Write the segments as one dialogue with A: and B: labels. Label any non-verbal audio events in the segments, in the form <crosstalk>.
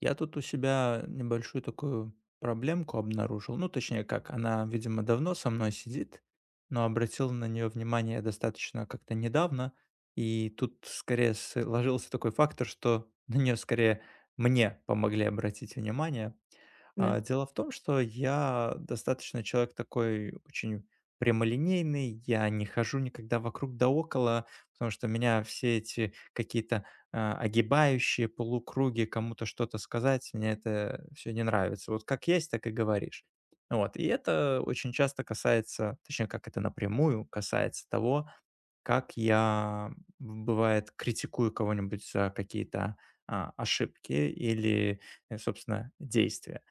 A: Я тут у себя небольшую такую проблемку обнаружил. Ну, точнее как, она, видимо, давно со мной сидит, но обратил на нее внимание я достаточно как-то недавно. И тут скорее сложился такой фактор, что <laughs> на нее скорее мне помогли обратить внимание.
B: Да,
A: Дело в том, что я достаточно человек такой очень прямолинейный, я не хожу никогда вокруг да около, потому что меня все эти какие-то огибающие полукруги, кому-то что-то сказать, мне это все не нравится. Вот как есть, так и говоришь. Вот, и это очень часто касается, точнее, как это напрямую касается того, как я, бывает, критикую кого-нибудь за какие-то, ошибки или, собственно, действия.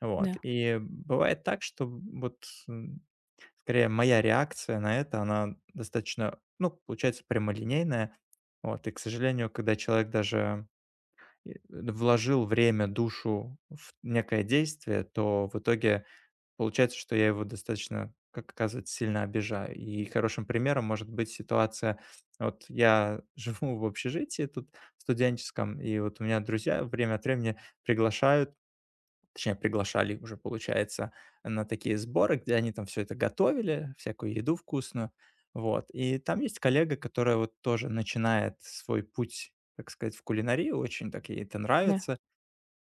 A: Вот,
B: да,
A: и бывает так, что вот, скорее, моя реакция на это, она достаточно, ну, получается, прямолинейная. Вот. И, к сожалению, когда человек даже и вложил время, душу в некое действие, то в итоге получается, что я его достаточно, как оказывается, сильно обижаю. И хорошим примером может быть ситуация, вот я <laughs> живу в общежитии тут студенческом, и вот у меня друзья время от времени приглашают. Точнее, приглашали уже, получается, на такие сборы, где они там все это готовили, всякую еду вкусную. Вот. И там есть коллега, которая вот тоже начинает свой путь, так сказать, в кулинарии, очень так ей это
B: да,
A: нравится.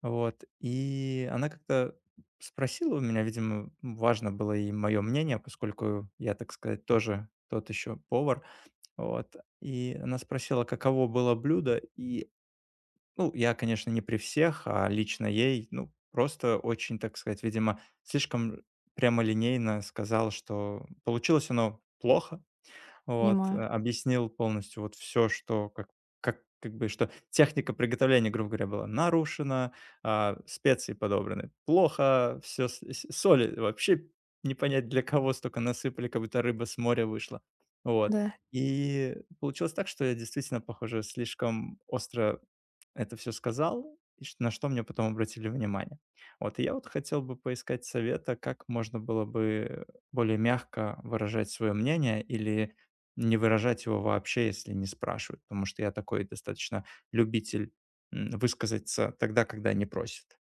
A: Вот. И она как-то спросила у меня, видимо, важно было и мое мнение, поскольку я, так сказать, тоже тот еще повар. Вот. И она спросила, каково было блюдо, и ну, я, конечно, не при всех, а лично ей, ну, просто очень, так сказать, видимо, слишком прямолинейно сказал, что получилось оно плохо. Вот,
B: понимаю.
A: объяснил полностью вот все, что как бы, что техника приготовления, грубо говоря, была нарушена, специи подобраны плохо, все соли вообще не понять для кого столько насыпали, как будто рыба с моря вышла. Вот.
B: Да,
A: И получилось так, что я действительно, похоже, слишком остро это все сказал, и ш на что мне потом обратили внимание. Вот, и я вот хотел бы поискать совета, как можно было бы более мягко выражать свое мнение или не выражать его вообще, если не спрашивают, потому что я такой достаточно любитель, высказаться тогда, когда не просят.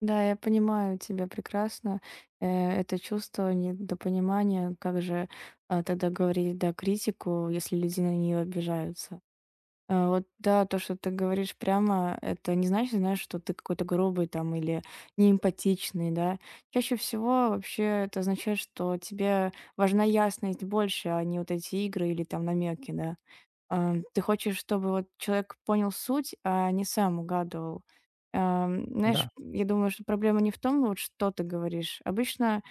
B: да, я понимаю тебя прекрасно. Э, Это чувство недопонимания, как же тогда говорить, да, критику, если люди на нее обижаются. Вот, да, то, что ты говоришь прямо, это не значит, знаешь, что ты какой-то грубый там или неэмпатичный, да. Чаще всего вообще это означает, что тебе важна ясность больше, а не вот эти игры или там намеки, да. Ты хочешь, чтобы вот человек понял суть, а не сам угадывал.
A: Да.
B: Знаешь, я думаю, что проблема не в том, вот что ты говоришь. Обычно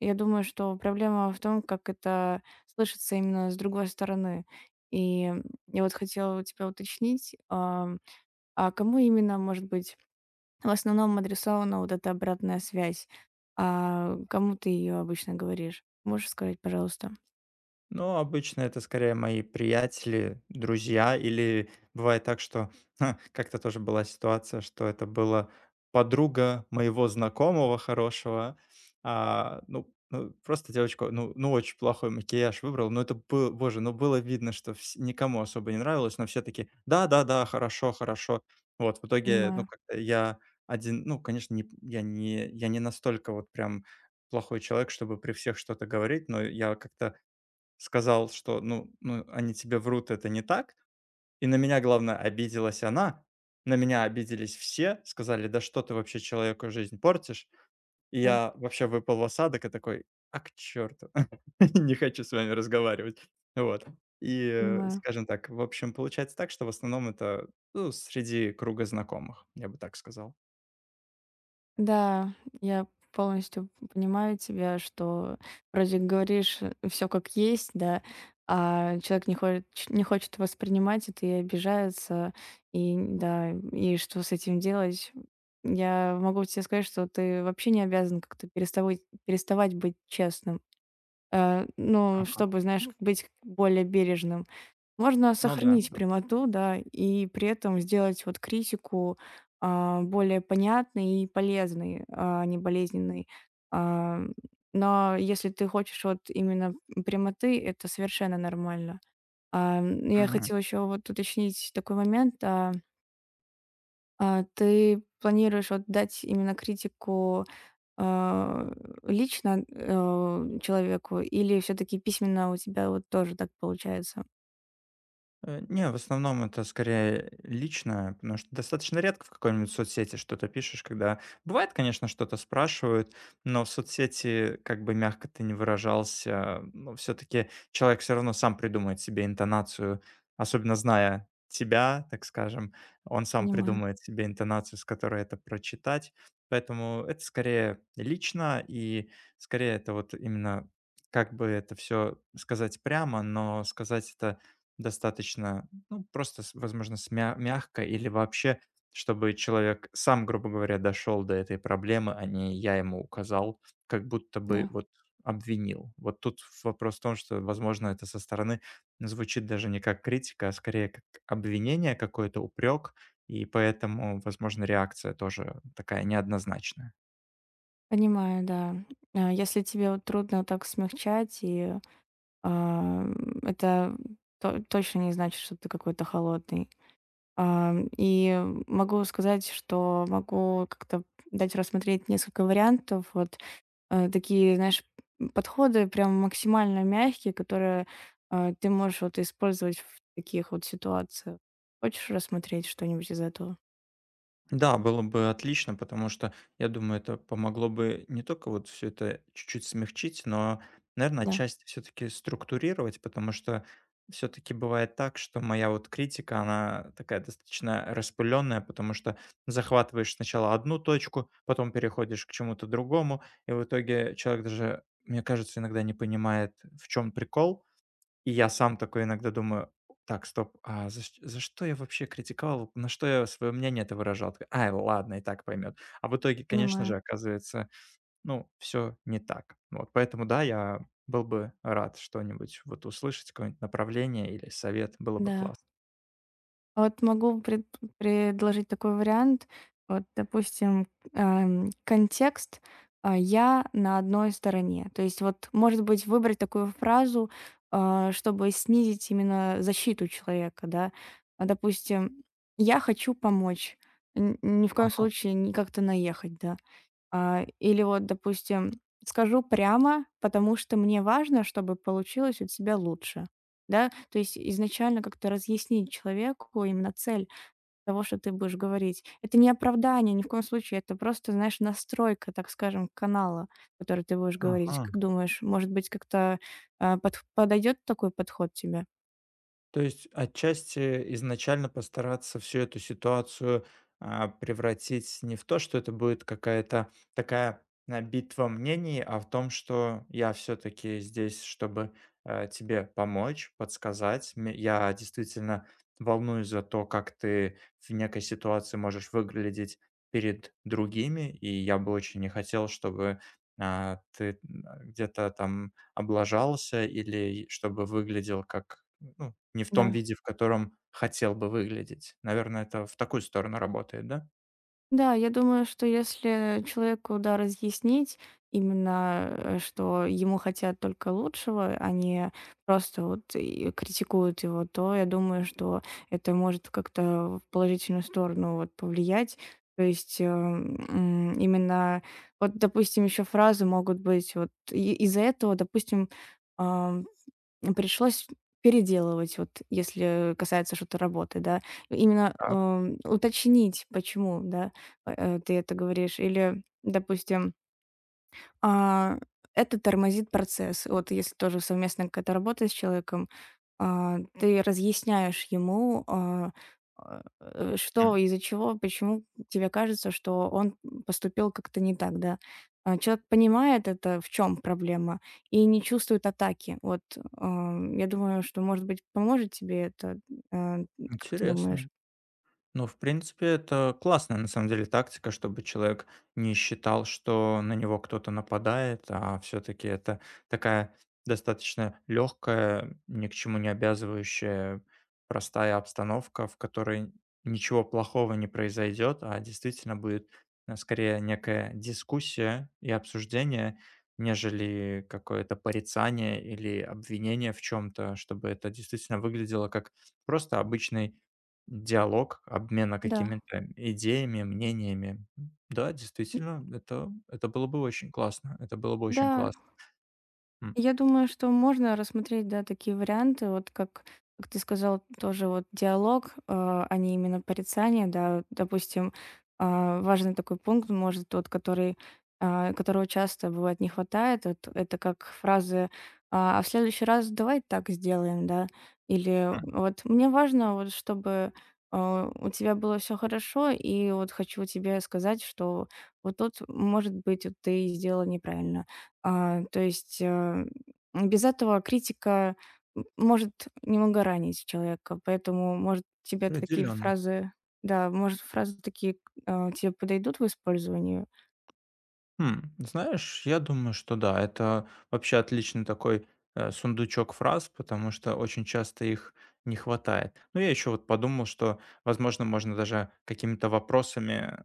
B: я думаю, что проблема в том, как это слышится именно с другой стороны. И я вот хотела у тебя уточнить, а кому именно, может быть, в основном адресована вот эта обратная связь? А кому ты ее обычно говоришь? Можешь сказать, пожалуйста?
A: Ну, обычно это скорее мои приятели, друзья, или бывает так, что <laughs> как-то тоже была ситуация, что это была подруга моего знакомого хорошего. Ну, ну, просто девочка, ну, ну, очень плохой макияж выбрал, но это было, боже, ну, было видно, что никому особо не нравилось, но все таки да-да-да, хорошо, хорошо. Вот, в итоге, ну,
B: Понимаю.
A: как-то я один, ну, конечно, не, я, не, я не настолько вот прям плохой человек, чтобы при всех что-то говорить, но я как-то сказал, что, ну, они тебе врут, это не так. И на меня, главное, обиделась она, на меня обиделись все, сказали: "Да что ты вообще человеку жизнь портишь?" И
B: Да,
A: я вообще выпал в осадок и такой: "А к черту, <laughs> не хочу с вами разговаривать". Вот. И,
B: понимаю.
A: скажем так, в общем, получается так, что в основном это, ну, среди круга знакомых, я бы так сказал.
B: Да, я полностью понимаю тебя, что вроде говоришь все как есть, да, а человек не хочет воспринимать это и обижается, и да, и что с этим делать? Я могу тебе сказать, что ты вообще не обязан как-то переставать быть честным. Ну,
A: Ага.
B: чтобы, знаешь, быть более бережным, можно
A: Ну да.
B: сохранить прямоту, да, и при этом сделать вот критику более понятной и полезной, а не болезненной. А, но если ты хочешь вот именно прямоты, это совершенно нормально. Я
A: Мгм.
B: хотела еще вот уточнить такой момент. Ты планируешь вот дать именно критику, а, лично, человеку, или все таки письменно у тебя вот тоже так получается?
A: Не, в основном это скорее личное, потому что достаточно редко в какой-нибудь соцсети что-то пишешь, когда бывает, конечно, что-то спрашивают, но в соцсети, как бы мягко ты не выражался, но все-таки человек все равно сам придумает себе интонацию, особенно зная тебя, так скажем, он сам
B: Понимаю,
A: придумает себе интонацию, с которой это прочитать. Поэтому это скорее лично и скорее это вот именно как бы это все сказать прямо, но сказать это достаточно, ну, просто, с возможно, с мягко или вообще, чтобы человек сам, грубо говоря, дошел до этой проблемы, а не я ему указал, как будто бы
B: да.
A: вот обвинил. Вот тут вопрос в том, что, возможно, это со стороны звучит даже не как критика, а скорее как обвинение, какой то упрек, и поэтому, возможно, реакция тоже такая неоднозначная.
B: Понимаю, да. Если тебе вот трудно так смягчать, а, это то точно не значит, что ты какой-то холодный. И могу сказать, что могу как-то дать рассмотреть несколько вариантов. Вот, такие, знаешь, подходы прям максимально мягкие, которые, ты можешь вот использовать в таких вот ситуациях. Хочешь рассмотреть что-нибудь из этого?
A: Да, было бы отлично, потому что, я думаю, это помогло бы не только вот все это чуть-чуть смягчить, но, наверное,
B: Да,
A: отчасти все таки структурировать, потому что все таки бывает так, что моя вот критика, она такая достаточно распыленная, потому что захватываешь сначала одну точку, потом переходишь к чему-то другому, и в итоге человек даже, мне кажется, иногда не понимает, в чем прикол. И я сам такой иногда думаю: "Так, стоп, а за что я вообще критиковал? На что я свое мнение это выражал?" Такой: "Ай, ладно, и так поймет". А в итоге, конечно
B: понимаю.
A: же, оказывается, ну, все не так. Вот, поэтому да, я был бы рад что-нибудь вот услышать, какое-нибудь направление или совет, было бы
B: Да.
A: классно.
B: Вот могу предложить такой вариант. Вот, допустим, контекст, "я на одной стороне". То есть вот, может быть, выбрать такую фразу, чтобы снизить именно защиту человека, да. Допустим, "я хочу помочь", н ни в коем
A: Ага,
B: случае не как-то наехать, да. Или вот, допустим, скажу прямо, потому что мне важно, чтобы получилось у тебя лучше. Да, то есть изначально как-то разъяснить человеку именно цель того, что ты будешь говорить. Это не оправдание ни в коем случае, это просто, знаешь, настройка, так скажем, канала, который ты будешь
A: ага.
B: говорить. Как думаешь, может быть, как-то подойдет такой подход тебе?
A: То есть отчасти изначально постараться всю эту ситуацию, превратить не в то, что это будет какая-то такая, битва мнений, а в том, что я все таки здесь, чтобы, тебе помочь, подсказать. Ме я действительно волнуюсь за то, как ты в некой ситуации можешь выглядеть перед другими, и я бы очень не хотел, чтобы, ты, где-то там облажался или чтобы выглядел как ну, не в том
B: Да.
A: виде, в котором хотел бы выглядеть. Наверное, это в такую сторону работает, да?
B: Да, я думаю, что если человеку, да, разъяснить именно, что ему хотят только лучшего, а не просто вот и критикуют его, то я думаю, что это может как-то в положительную сторону вот повлиять. То есть именно, вот, допустим, еще фразы могут быть вот из-за этого, допустим, пришлось переделывать, вот если касается что-то работы, да. Именно,
A: Так,
B: уточнить, почему, да, ты это говоришь. Или, допустим, а, это тормозит процесс. Вот если тоже совместная какая-то работа с человеком, ты разъясняешь ему,
A: м,
B: что, из-за чего, почему тебе кажется, что он поступил как-то не так, да. Человек понимает это, в чем проблема, и не чувствует атаки. Вот, я думаю, что, может быть, поможет тебе это. А, Как ты думаешь?
A: интересно. Ну, в принципе, это классная, на самом деле, тактика, чтобы человек не считал, что на него кто-то нападает, а все-таки это такая достаточно легкая, ни к чему не обязывающая, простая обстановка, в которой ничего плохого не произойдет, а действительно будет скорее некая дискуссия и обсуждение, нежели какое-то порицание или обвинение в чем-то, чтобы это действительно выглядело как просто обычный диалог, обмена
B: Да.
A: какими-то идеями, мнениями. М, да, действительно, это было бы очень классно, это было бы очень
B: Да,
A: классно. М,
B: я думаю, что можно рассмотреть, да, такие варианты, вот как ты сказал, тоже вот диалог, а не именно порицание, да, допустим, важный такой пункт, может, тот, который, которого часто бывает не хватает, вот это как фразы «А в следующий раз давай так сделаем», да, или
A: м,
B: вот «Мне важно, вот, чтобы у тебя было все хорошо, и вот хочу тебе сказать, что вот тут, может быть, вот ты сделала неправильно». То есть без этого критика может немного ранить человека, поэтому, может, тебе такие
A: определенно.
B: фразы, да, может, фразы такие, тебе подойдут в использовании.
A: М, знаешь, я думаю, что да, это вообще отличный такой, сундучок фраз, потому что очень часто их не хватает. Ну, я еще вот подумал, что, возможно, можно даже какими-то вопросами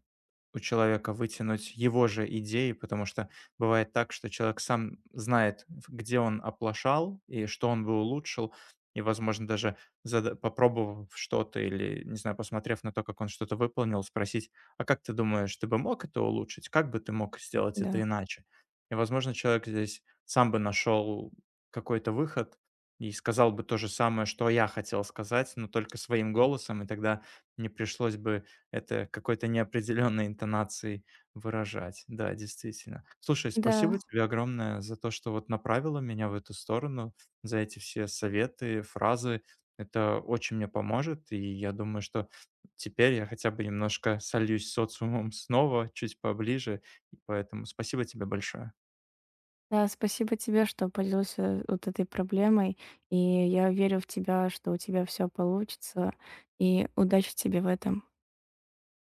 A: у человека вытянуть его же идеи, потому что бывает так, что человек сам знает, где он оплошал и что он бы улучшил, и, возможно, даже попробовав что-то или, не знаю, посмотрев на то, как он что-то выполнил, спросить, а как ты думаешь, ты бы мог это улучшить? Как бы ты мог сделать это
B: Да.
A: иначе? И, возможно, человек здесь сам бы нашел какой-то выход и сказал бы то же самое, что я хотел сказать, но только своим голосом, и тогда не пришлось бы это какой-то неопределенной интонацией выражать. Да, действительно. Слушай,
B: Да,
A: спасибо тебе огромное за то, что вот направила меня в эту сторону, за эти все советы, фразы. Это очень мне поможет, и я думаю, что теперь я хотя бы немножко сольюсь с социумом снова, чуть поближе, и поэтому спасибо тебе большое.
B: да, спасибо тебе, что поделился вот этой проблемой, и я верю в тебя, что у тебя все получится, и удачи тебе в этом.